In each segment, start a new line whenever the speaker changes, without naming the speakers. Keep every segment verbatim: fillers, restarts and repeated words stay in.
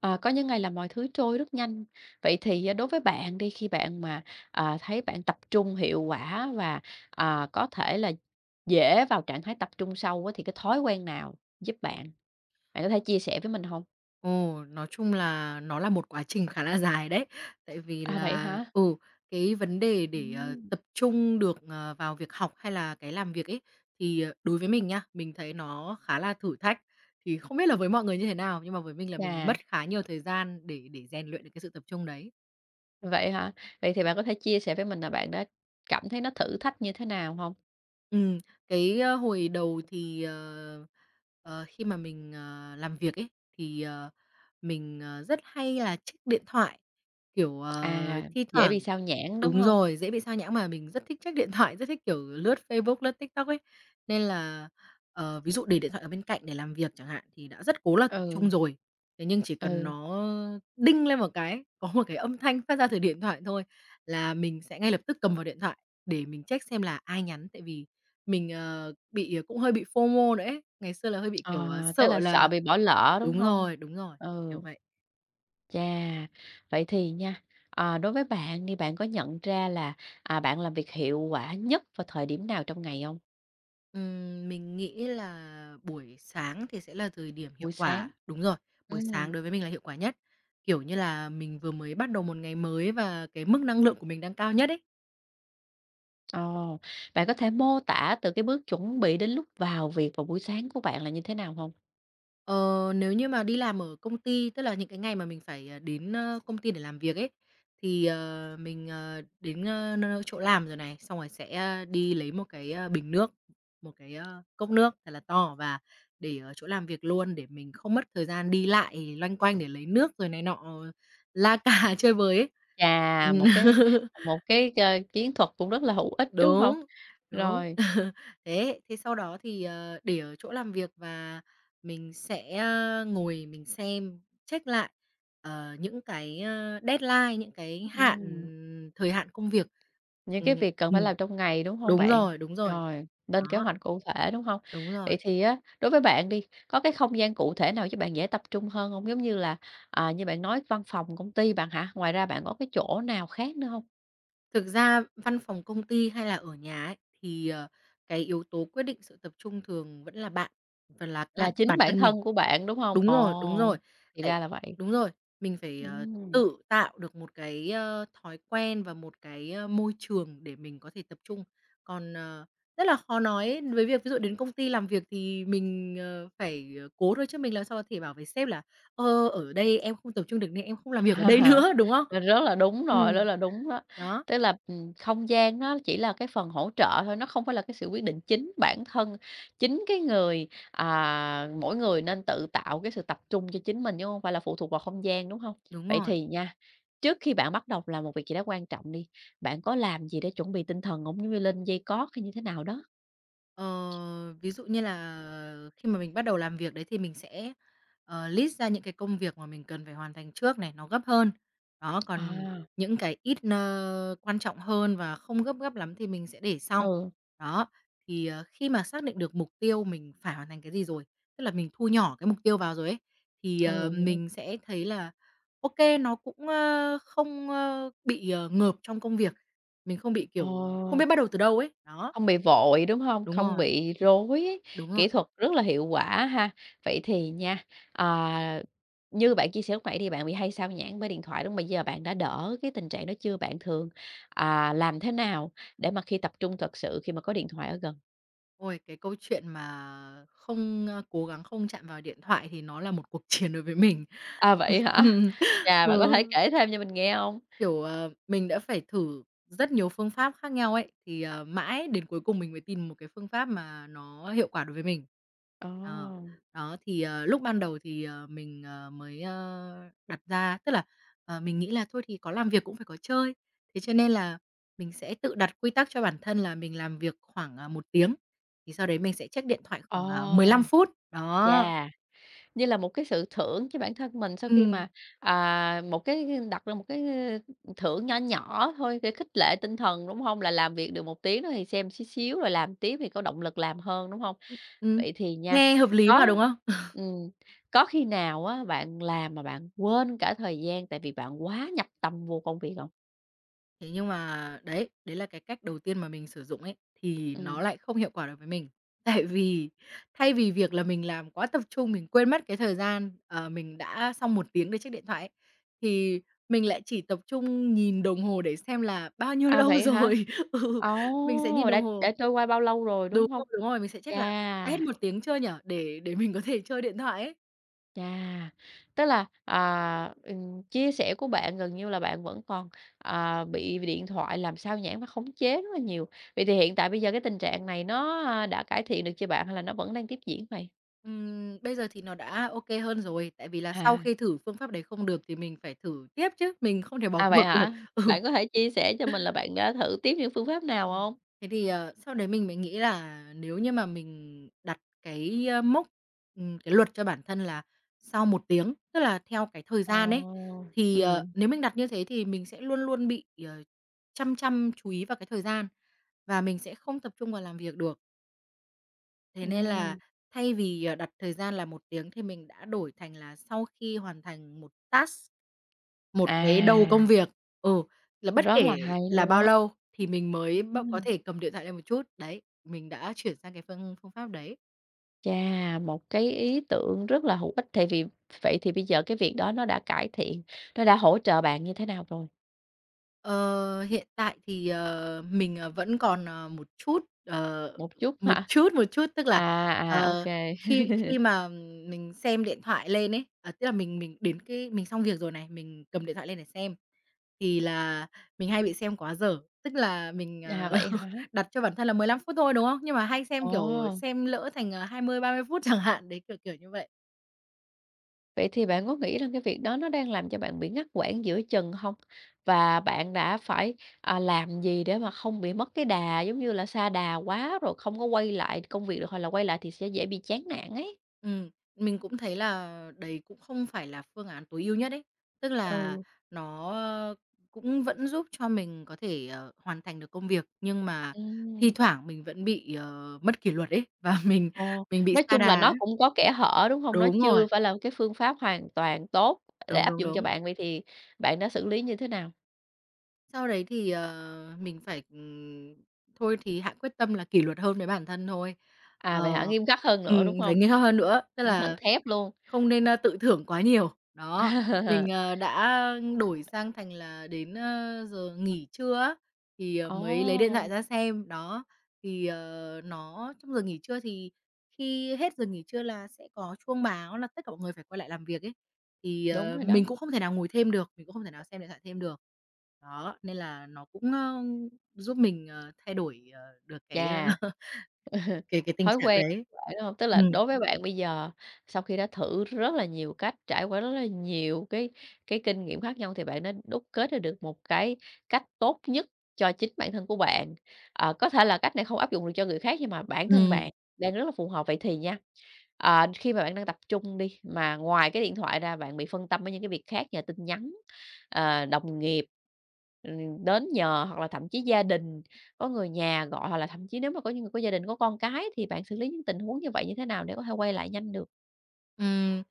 Ờ, có những ngày là mọi thứ trôi rất nhanh. Vậy thì, à, đối với bạn đi, khi bạn mà, à, thấy bạn tập trung hiệu quả và, à, có thể là dễ vào trạng thái tập trung sâu á, thì cái thói quen nào giúp bạn? Bạn có thể chia sẻ với mình không?
Ồ, nói chung là nó là một quá trình khá là dài đấy. Tại vì
À, vậy
là
hả?
ừ, cái vấn đề để, ờ,
Ừm.
tập trung được, ờ, vào việc học hay là cái làm việc ấy, thì, ờ, đối với mình nhá, mình thấy nó khá là thử thách. Thì không biết là với mọi người như thế nào, nhưng mà với mình là mình mất
Chà,
khá nhiều thời gian để để rèn luyện được cái sự tập trung đấy.
vậy hả? Vậy thì bạn có thể chia sẻ với mình là bạn đã cảm thấy nó thử thách như thế nào không?
Ừm, cái, ơ, hồi đầu thì, ờ, ờ, khi mà mình, ờ, làm việc ấy, thì, ờ Mình, ờ, rất hay là check điện thoại, kiểu, Ờ. ờ,
À,
thi
dễ bị
thoảng
sao nhãng, đúng
đúng
không?
rồi, dễ bị sao nhãng mà mình rất thích check điện thoại, rất thích, kiểu, lướt Facebook, lướt TikTok ấy. Nên là, ờ, ví dụ để điện thoại ở bên cạnh để làm việc chẳng hạn thì đã rất cố là tập trung
Ừ,
rồi, thế nhưng chỉ cần
ừ,
nó đinh lên một cái, có một cái âm thanh phát ra từ điện thoại thôi là mình sẽ ngay lập tức cầm vào điện thoại để mình check xem là ai nhắn. Tại vì mình, ờ, bị ờ, cũng hơi bị FOMO nữa ấy, ngày xưa là hơi bị, kiểu,
ờ,
ờ,
tức
sợ
là sợ
là
bị bỏ lỡ, đúng
đúng
không?
rồi, đúng rồi, kiểu,
Ừ.
kiểu vậy.
Chà, vậy thì nha, ờ, đối với bạn thì bạn có nhận ra là, à, bạn làm việc hiệu quả nhất vào thời điểm nào trong ngày không?
Ừm, mình nghĩ là buổi sáng thì sẽ là thời điểm hiệu
Buổi sáng?
quả. Đúng rồi, buổi sáng
Ừm.
đối với mình là hiệu quả nhất. Kiểu như là, mình vừa mới bắt đầu một ngày mới và cái mức năng lượng của mình đang cao nhất ấy.
Ồ, bạn có thể mô tả từ cái bước chuẩn bị đến lúc vào việc vào buổi sáng của bạn là như thế nào không?
Ờ, nếu như mà đi làm ở công ty, tức là những cái ngày mà mình phải, ờ, đến, ơ, công ty để làm việc ấy, thì, ờ, mình, ờ, đến, ơ, nơi chỗ làm rồi này, xong rồi sẽ, a, đi lấy một cái, a, bình nước, một cái, ơ, cốc nước thật là to và để ở chỗ làm việc luôn để mình không mất thời gian đi lại loanh quanh để lấy nước rồi này nọ, la cà chơi với ấy.
Chà,
Ừm.
một cái một cái, ơ, chiến thuật cũng rất là hữu ích, đúng không?
Đúng, đúng.
Rồi.
Thế thế sau đó thì, ờ, để ở chỗ làm việc và mình sẽ, a, ngồi mình xem, check lại, ờ, những cái, a, deadline, những cái hạn
Ừm.
thời hạn công việc.
Những
Ừm,
cái việc cần phải
ừm,
làm trong ngày, đúng hông
đúng
bạn?
rồi, đúng rồi.
Rồi, lên kế
Đó,
hoạch cụ thể, đúng hông?
đúng rồi.
Vậy thì á, đối với bạn đi, có cái không gian cụ thể nào giúp bạn dễ tập trung hơn hông? Giống như là, à, như bạn nói văn phòng công ty bạn hả? Ngoài ra bạn có cái chỗ nào khác nữa hông?
Thực ra văn phòng công ty hay là ở nhà ấy, thì, ờ, cái yếu tố quyết định sự tập trung thường vẫn là bạn, phần là
Là
bạn
chính
bản
bản
thân mình.
thân của bạn, đúng hông?
Đúng rồi, đúng rồi.
Ồ, thì
Tại
ra là vậy.
đúng rồi, mình phải, ờ,
Ừm.
tự tạo được một cái, ơ, thói quen và một cái, ơ, môi trường để mình có thể tập trung. Còn, ờ, rất là khó nói với việc ví dụ đến công ty làm việc thì mình, ờ, phải, ờ, cố thôi chứ mình làm sao có thể bảo với sếp là "Ơ, ở đây em không tập trung được nên em không làm việc ở đây
À,
nữa", đúng không?
mình rất là đúng
Ừ
rồi, rất là đúng đó.
đó,
Tức là, ừm, không gian nó chỉ là cái phần hỗ trợ thôi, nó không phải là cái sự quyết định chính bản thân, chính cái người à, mỗi người nên tự tạo cái sự tập trung cho chính mình, chứ không phải là phụ thuộc vào không gian, đúng không?
đúng
Vậy
rồi.
thì nha, trước khi bạn bắt đầu làm một việc gì đó quan trọng đi, bạn có làm gì để chuẩn bị tinh thần hông? Giống như lên dây cót hay như thế nào đó?
Ờ, ví dụ như là khi mà mình bắt đầu làm việc đấy thì mình sẽ, ờ, list ra những cái công việc mà mình cần phải hoàn thành trước này, nó gấp hơn. Đó, còn
À.
những cái ít, ơ, quan trọng hơn và không gấp gấp lắm thì mình sẽ để sau.
Ừ.
Đó, thì, ờ, khi mà xác định được mục tiêu mình phải hoàn thành cái gì rồi, tức là mình thu nhỏ cái mục tiêu vào rồi ấy, thì, ờ,
Ừ.
mình sẽ thấy là ok nó cũng, ơ, không, ơ, bị, ờ, ngợp trong công việc, mình không bị,
Ồ.
kiểu, ờ, không biết bắt đầu từ đâu ấy. Đó,
Không bị vội, đúng không?
đúng
Không
rồi,
bị rối ấy,
đúng rồi.
kỹ thuật rất là hiệu quả ha. Vậy thì nha, ờ, như bạn chia sẻ lúc nãy thì bạn bị hay sao nhãng với điện thoại, đúng không? Bây giờ bạn đã đỡ cái tình trạng đó chưa? Bạn thường, à, làm thế nào để mà khi tập trung thật sự khi mà có điện thoại ở gần?
Ôi, cái câu chuyện mà không, ơ, cố gắng không chạm vào điện thoại thì nó là một cuộc chiến đối với mình.
À, vậy hả?
Ừm,
Chà,
ừ.
bạn có thể kể thêm cho mình nghe không?
Kiểu, ờ, mình đã phải thử rất nhiều phương pháp khác nhau ấy, thì, ờ, mãi đến cuối cùng mình mới tìm một cái phương pháp mà nó hiệu quả đối với mình.
Ồ,
Ờ, đó, thì, ờ, lúc ban đầu thì, ờ, mình, ờ, mới, ơ, đặt ra tức là, ờ, mình nghĩ là thôi thì có làm việc cũng phải có chơi, thế cho nên là mình sẽ tự đặt quy tắc cho bản thân là mình làm việc khoảng, à, một tiếng, thì sau đấy mình sẽ check điện thoại
ồ,
khoảng, ờ, mười lăm phút. Đó,
chà! Như là một cái sự thưởng cho bản thân mình sau khi
ừm,
mà, à, một cái đặt ra một cái thưởng nhỏ nhỏ thôi để khích lệ tinh thần, đúng không? Là làm việc được một tiếng đó thì xem xíu xíu rồi làm tiếp thì có động lực làm hơn, đúng không?
ừm,
Vậy thì nha,
nghe hợp lý mà, đúng
có
không?
ừm, có khi nào á bạn làm mà bạn quên cả thời gian tại vì bạn quá nhập tâm vô công việc không?
Thế nhưng mà đấy, đấy là cái cách đầu tiên mà mình sử dụng ấy, thì nó
Ừm.
lại không hiệu quả được với mình. Tại vì thay vì việc là mình làm quá tập trung, mình quên mất cái thời gian, ờ, mình đã xong một tiếng để check điện thoại ấy, thì mình lại chỉ tập trung nhìn đồng hồ để xem là bao nhiêu
À,
lâu
vậy hả?
rồi. Ừ, mình sẽ nhìn
Ồ,
đồng
đã
hồ
đã trôi qua bao lâu rồi,
đúng
đúng không?
rồi, đúng rồi, mình sẽ check là đã hết
Chà!
một tiếng chưa nhở? Để để mình có thể chơi điện thoại ấy.
Chà, tức là, à, ừm, chia sẻ của bạn gần như là bạn vẫn còn, à, bị điện thoại làm sao nhãng và khống chế rất là nhiều. Vậy thì hiện tại bây giờ cái tình trạng này nó, a, đã cải thiện được chưa bạn hay là nó vẫn đang tiếp diễn vậy?
Ừm, bây giờ thì nó đã ok hơn rồi, tại vì là sau
À.
khi thử phương pháp đấy không được thì mình phải thử tiếp chứ, mình không thể bỏ
À, vậy
cuộc được.
hả?
Ừ.
Bạn có thể chia sẻ cho mình là bạn đã thử tiếp những phương pháp nào
Ừm,
không?
thế thì, ờ, sau đấy mình mới nghĩ là nếu như mà mình đặt cái, ơ, mốc, ừm, cái luật cho bản thân là sau một tiếng, tức là theo cái thời
Ồ.
gian ấy, thì, ờ,
Ừm,
nếu mình đặt như thế thì mình sẽ luôn luôn bị, ờ, chăm chăm chú ý vào cái thời gian và mình sẽ không tập trung vào làm việc được. Thế nên là
ừm,
thay vì, ờ, đặt thời gian là một tiếng thì mình đã đổi thành là sau khi hoàn thành một task, một cái đầu công
à,
việc ừ, là bất
rất là
kể
hay
là
luôn
bao
á.
lâu thì mình mới b có
Ừm.
thể cầm điện thoại lên một chút. Đấy, mình đã chuyển sang cái phương phương pháp đấy.
Chà, một cái ý tưởng rất là hữu ích. Tại vì Vậy thì bây giờ cái việc đó nó đã cải thiện, nó đã hỗ trợ bạn như thế nào rồi?
Ờ, hiện tại thì, ờ, mình, ờ, vẫn còn, ờ, một chút, ờ,
Một chút
một
hả?
chút, một chút, tức là,
À, à, ô.
ờ, khi khi mà mình xem điện thoại lên ấy, à, tức là mình mình đến cái mình xong việc rồi này, mình cầm điện thoại lên để xem, thì là mình hay bị xem quá giờ. Tức là mình,
À,
ờ,
vậy hả?
đặt cho bản thân là mười lăm phút thôi, đúng không? Nhưng mà hay xem,
Ồ,
kiểu, xem lỡ thành, ờ, hai mươi ba mươi phút chẳng hạn, đấy, kiểu, kiểu như vậy.
vậy thì bạn có nghĩ rằng cái việc đó nó đang làm cho bạn bị ngắt quãng giữa chừng không? Và bạn đã phải, à, làm gì để mà không bị mất cái đà, giống như là, sa đà quá rồi không có quay lại công việc được, hoặc là quay lại thì sẽ dễ bị chán nản ấy?
Ừm, mình cũng thấy là đấy cũng không phải là phương án tối ưu nhất ấy. Tức là
Ừ,
nó cũng vẫn giúp cho mình có thể, ờ, hoàn thành được công việc, nhưng mà thi
ừm.
thoảng mình vẫn bị, ờ, mất kỷ luật ấy, và mình
Ồ,
mình bị
nói
sa
chung là
đà
nó
ấy.
cũng có kẽ hở, đúng hông? Nó
Đúng rồi,
chưa phải là một cái phương pháp hoàn toàn tốt để
đúng,
áp
đúng,
dụng cho
đúng.
bạn, vậy thì bạn đã xử lý như thế nào?
Sau đấy thì, ờ, mình phải, ừm, thôi thì hạ quyết tâm là kỷ luật hơn với bản thân thôi.
À, vậy hả?
Ờ,
Nghiêm khắc hơn nữa,
ừm,
đúng
phải
hông?
nghiêm khắc hơn nữa, tức
Tinh thần
là
thép luôn.
không nên, a, tự thưởng quá nhiều. Đó, mình, ờ, đã đổi sang thành là đến, ơ, giờ nghỉ trưa á, thì, ờ, mới lấy điện thoại
Ồ,
ra xem. Đó, thì, ờ, nó trong giờ nghỉ trưa thì khi hết giờ nghỉ trưa là sẽ có chuông báo là tất cả mọi người phải quay lại làm việc ấy, thì,
đúng
ờ,
rồi
mình
đó.
cũng không thể nào ngồi thêm được, mình cũng không thể nào xem điện thoại thêm được. Đó, nên là nó cũng, ơ, giúp mình, ờ, thay đổi, ờ, được cái, ơ,
Chà.
cái cái tình
Thói
trạng
quen
đấy.
của bạn, đúng hông? Tức là
Ừm,
đối với bạn bây giờ, sau khi đã thử rất là nhiều cách, trải qua rất là nhiều cái cái kinh nghiệm khác nhau thì bạn đã đúc kết ra được một cái cách tốt nhất cho chính bản thân của bạn. Ờ, có thể là cách này không áp dụng được cho người khác nhưng mà bản thân bạn
ừm.
đang rất là phù hợp, vậy thì nha, Ờ, khi mà bạn đang tập trung đi, mà ngoài cái điện thoại ra bạn bị phân tâm với những cái việc khác nhờ tin nhắn, ờ, đồng nghiệp, ừm, đến nhờ hoặc là thậm chí gia đình, có người nhà gọi, hoặc là thậm chí nếu mà có những người có gia đình, có con cái thì bạn xử lý những tình huống như vậy như thế nào để có thể quay lại nhanh được?
Ừm,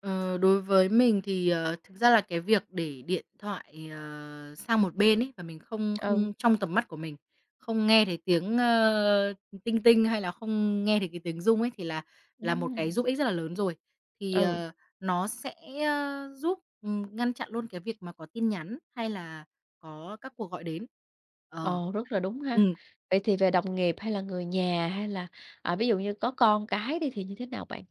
ờ, đối với mình thì, ờ, thực ra là cái việc để điện thoại, ờ, sang một bên ấy, và mình không không
Ừ,
trong tầm mắt của mình, không nghe thấy tiếng, ơ, "tinh tinh" hay là không nghe thấy cái tiếng rung ấy, thì là là một cái
ừm,
giúp ích rất là lớn rồi. Thì,
ừ,
ờ, nó sẽ, ơ, giúp, ừm, ngăn chặn luôn cái việc mà có tin nhắn hay là có các cuộc gọi đến. Ờ.
ồ, rất là đúng ha.
Ừm.
Vậy thì về đồng nghiệp hay là người nhà hay là, à, ví dụ như có con cái đi thì như thế nào bạn?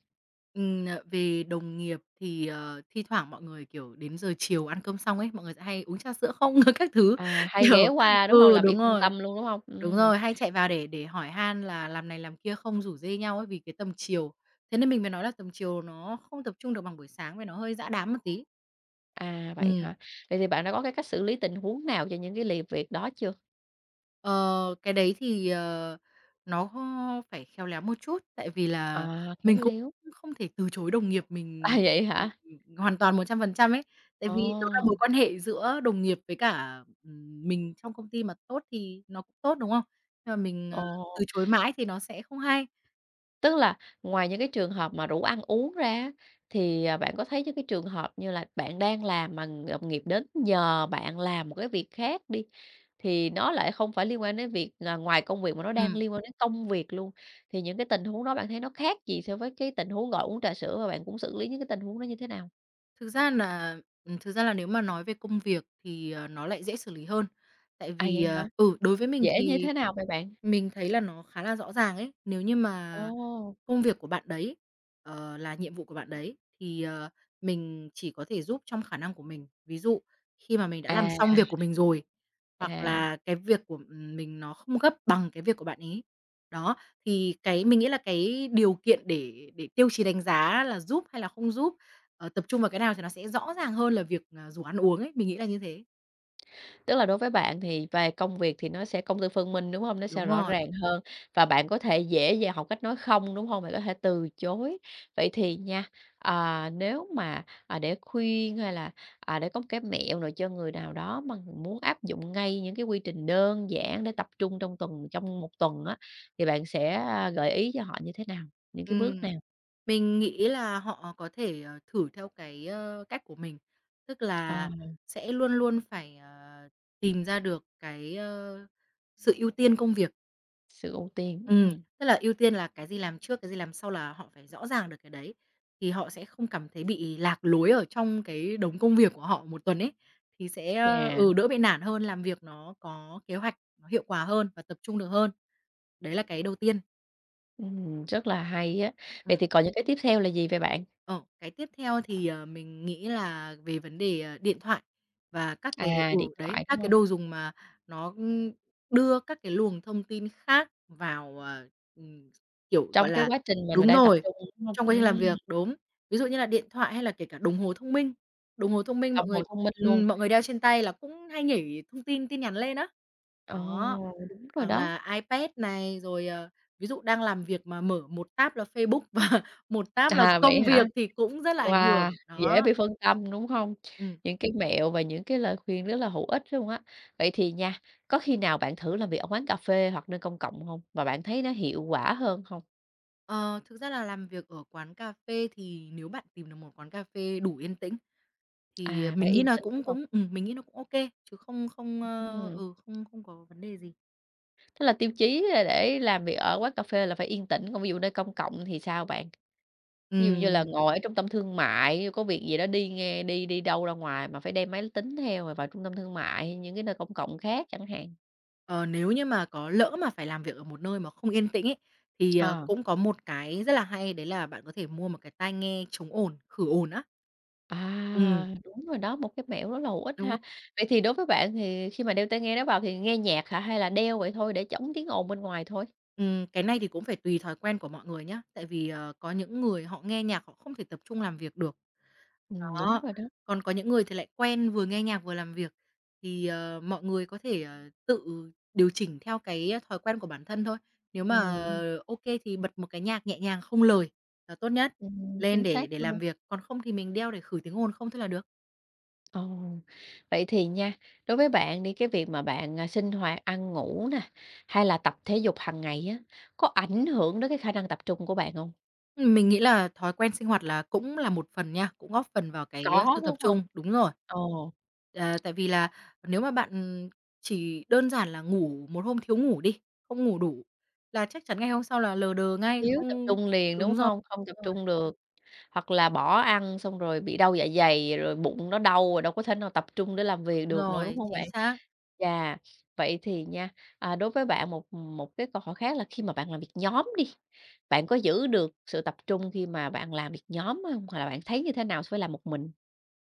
Ừm, ờ, về đồng nghiệp thì, ờ, thi thoảng mọi người, kiểu, đến giờ chiều ăn cơm xong ấy, mọi người sẽ hay uống trà sữa không? Các thứ,
À, hay ghé
kiểu
qua, đúng không?
ừ,
Là bị
đúng
phân
rồi,
tâm luôn, đúng không?
đúng
Ừm.
rồi, hay chạy vào để để hỏi han là làm này làm kia không, rủ rê nhau ấy, vì cái tầm chiều. Thế nên mình mới nói là tầm chiều nó không tập trung được bằng buổi sáng, vì nó hơi dã đám một tí.
À, vậy
Ừm.
hả? Vậy thì bạn đã có cái cách xử lý tình huống nào cho những cái lì việc đó chưa?
Ờ, cái đấy thì, ờ, nó ho- phải khéo léo một chút, tại vì là
À,
mình
khéo
cũng
léo.
không thể từ chối đồng nghiệp
À,
mình,
vậy hả?
hoàn toàn một trăm phần trăm ấy. Tại
Ồ,
vì nó là mối quan hệ giữa đồng nghiệp với cả, ừm, mình trong công ty mà tốt thì nó cũng tốt, đúng không? Nhưng mà mình, ờ,
ồ,
từ chối mãi thì nó sẽ không hay.
tức là ngoài những cái trường hợp mà rủ ăn uống ra á, thì, à, bạn có thấy những cái trường hợp như là bạn đang làm mà đồng nghiệp đến nhờ bạn làm một cái việc khác đi, thì nó lại không phải liên quan đến việc là ngoài công việc mà nó đang
Ừm,
liên quan đến công việc luôn, thì những cái tình huống đó bạn thấy nó khác gì so với cái tình huống gọi uống trà sữa và bạn cũng xử lý những cái tình huống đó như thế nào?
thực ra là ừm, thực ra là nếu mà nói về công việc thì, ờ, nó lại dễ xử lý hơn. Tại
À,
vì,
vậy hả?
ờ ừ, đối với mình
Dễ như
thì
thế nào vậy bạn?
mình thấy là nó khá là rõ ràng ấy. Nếu như mà
Ồ!
công việc của bạn đấy, ờ, là nhiệm vụ của bạn đấy, thì, ờ, mình chỉ có thể giúp trong khả năng của mình. Ví dụ khi mà mình đã làm xong
À,
việc của mình rồi, hoặc
à,
là cái việc của mình nó không gấp bằng cái việc của bạn ấy. Đó, thì cái mình nghĩ là cái điều kiện để để tiêu chí đánh giá là giúp hay là không giúp, ờ, tập trung vào cái nào thì nó sẽ rõ ràng hơn là việc, à, rủ ăn uống ấy, mình nghĩ là như thế.
tức là đối với bạn thì về công việc thì nó sẽ công tư phân minh, đúng không? Nó sẽ
Đúng
rõ
rồi,
ràng hơn và bạn có thể dễ dàng học cách nói không, đúng không? Bạn có thể từ chối. Vậy thì nha, à, nếu mà, à, để khuyên hay là, à, để có một cái mẹo nào cho người nào đó mà muốn áp dụng ngay những cái quy trình đơn giản để tập trung trong tuần trong một tuần á, thì bạn sẽ, a, gợi ý cho họ như thế nào? Những cái bước
ừm.
nào?
Mình nghĩ là họ có thể, ờ, thử theo cái, ơ, cách của mình, tức
Ờ,
là sẽ luôn luôn phải, ờ, tìm ra được cái, ơ, sự ưu tiên công việc.
sự ưu tiên,
Ừm,
ừm,
tức là ưu tiên là cái gì làm trước, cái gì làm sau là họ phải rõ ràng được cái đấy, thì họ sẽ không cảm thấy bị lạc lối ở trong cái đống công việc của họ một tuần ấy, thì sẽ, ơ,
chà.
ừ, đỡ bị nản hơn, làm việc nó có kế hoạch, nó hiệu quả hơn và tập trung được hơn. Đấy là cái đầu tiên.
Ừm, rất là hay á. Vậy
Ừm.
thì còn những cái tiếp theo là gì vậy bạn?
Ờ, cái tiếp theo thì, ờ, mình nghĩ là về vấn đề, ờ, điện thoại và các cái
À,
ừ,
điện
đấy,
thoại,
các
đúng
cái
hông?
đồ dùng mà nó, ưm, đưa các cái luồng thông tin khác vào, ờ, ừm, kiểu, gọi
Trong cái
là
quá trình mình mình
đúng
đang tập
rồi,
trung, đúng hông?
trong quá trình làm
Ừm,
việc, đúng. Ví dụ như là điện thoại hay là kể cả đồng hồ thông minh, đồng hồ thông minh mọi
đồng
người
hồ thông minh luôn.
ừm, mọi người đeo trên tay là cũng hay nhảy thông tin, tin nhắn lên á.
Ồ,
Đó,
đúng rồi
hoặc
đó.
là iPad này, rồi, ờ, ví dụ đang làm việc mà mở một tab là Facebook và một táp là
À, vậy
công
hả?
việc thì cũng rất là ảnh
Wow,
hưởng,
dễ
đó,
bị phân tâm, đúng hông?
ừm.
Những cái mẹo và những cái lời khuyên rất là hữu ích luôn á. Vậy thì nha, có khi nào bạn thử làm việc ở quán cà phê hoặc nơi công cộng hông? Và bạn thấy nó hiệu quả hơn hông?
Ờ, thực ra là làm việc ở quán cà phê thì nếu bạn tìm được một quán cà phê đủ yên tĩnh thì, ờ,
À, phải
mình nghĩ
yên
nà
tĩnh,
cũng
đúng hông?
cũng ừm, mình nghĩ nó cũng ô kê, chứ không không, ơ,
Ừm,
ừ, không không có vấn đề gì.
tức là tiêu chí, a, để làm việc ở quán cà phê là phải yên tĩnh, còn ví dụ nơi công cộng thì sao bạn? Ví dụ như là
Ừm,
ngồi ở trung tâm thương mại, có việc gì đó đi nghe đi đi đâu ra ngoài mà phải đem máy tính theo rồi vào trung tâm thương mại hay những cái nơi công cộng khác chẳng hạn.
ờ, nếu như mà có lỡ mà phải làm việc ở một nơi mà không yên tĩnh ấy, thì, ờ,
Ờ,
cũng có một cái rất là hay đấy là bạn có thể mua một cái tai nghe chống ồn, khử ồn á. Ừm.
à, đúng rồi đó, một cái mẹo rất là hữu ích
Đúng.
ha. Vậy thì đối với bạn thì khi mà đeo tai nghe đó vào thì nghe nhạc hả? Hay là đeo vậy thôi để chống tiếng ồn bên ngoài thôi?
Ừm, cái này thì cũng phải tùy thói quen của mọi người nhá, tại vì, ờ, có những người họ nghe nhạc họ không thể tập trung làm việc được.
Ừm, đúng
Đó,
rồi đó.
còn có những người thì lại quen vừa nghe nhạc vừa làm việc, thì, ờ, mọi người có thể, ờ, tự điều chỉnh theo cái thói quen của bản thân thôi. Nếu mà
Ừm,
ô kê thì bật một cái nhạc nhẹ nhàng không lời là tốt nhất,
ừm,
lên
chính
để
xác
để làm
luôn.
việc, còn không thì mình đeo để khử tiếng ồn không thôi là được.
Ồ, vậy thì nha, đối với bạn đi cái việc mà bạn, à, sinh hoạt, ăn ngủ nè, hay là tập thể dục hàng ngày á, có ảnh hưởng đến cái khả năng tập trung của bạn không?
Ừm, mình nghĩ là thói quen sinh hoạt là cũng là một phần nha, cũng góp phần vào cái, ơ,
Có,
sự tập
đúng hông?
trung, đúng rồi.
Ồ,
Ờ, tại vì là nếu mà bạn, chỉ đơn giản là ngủ một hôm thiếu ngủ đi, không ngủ đủ là chắc chắn ngày hôm sau là lờ đờ ngay,
thiếu tập
không
trung liền, đúng
đúng rồi,
hông? Không tập
đúng rồi,
trung được, hoặc là bỏ ăn xong rồi bị đau dạ dày, rồi bụng nó đau rồi đâu có thể nào tập trung để làm việc
đúng
được nữa, đúng
rồi,
hông
chính
bạn?
xác.
Chà, vậy thì nha, à, đối với bạn một một cái câu hỏi khác là khi mà bạn làm việc nhóm đi, bạn có giữ được sự tập trung khi mà bạn làm việc nhóm hông? Hoặc là bạn thấy như thế nào so với làm một mình?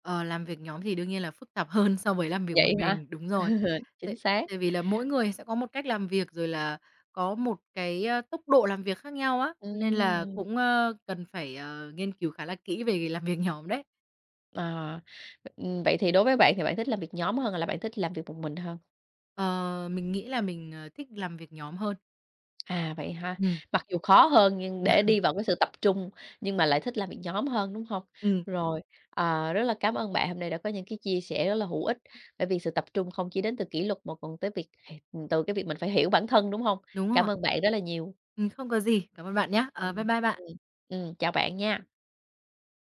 Ờ, làm việc nhóm thì đương nhiên là phức tạp hơn so với làm việc một
Vậy hả?
mình, đúng rồi.
Ừ, chính
Tại
xác.
tại vì là mỗi người sẽ có một cách làm việc, rồi là có một cái, a, tốc độ làm việc khác nhau á, nên là
Ừm,
cũng, ơ, cần phải, ờ, nghiên cứu khá là kỹ về làm việc nhóm đấy.
ờ, ừm, vậy thì đối với bạn thì bạn thích làm việc nhóm hơn hay là bạn thích làm việc một mình hơn?
Ờ, mình nghĩ là mình, ờ, thích làm việc nhóm hơn.
À, vậy ha.
Ừ,
Mặc dù khó hơn nhưng để đi vào cái sự tập trung, nhưng mà lại thích làm việc nhóm hơn, đúng không?
ừm,
Rồi, ờ, rất là cảm ơn bạn hôm nay đã có những cái chia sẻ rất là hữu ích, bởi vì sự tập trung không chỉ đến từ kỷ luật mà còn tới việc từ cái việc mình phải hiểu bản thân, đúng không?
đúng rồi.
Cảm ơn bạn rất là nhiều.
Ừm, không có gì, cảm ơn bạn nhé. Ờ, bye
Ừm,
bye bạn.
ừm, ừm, chào bạn nha.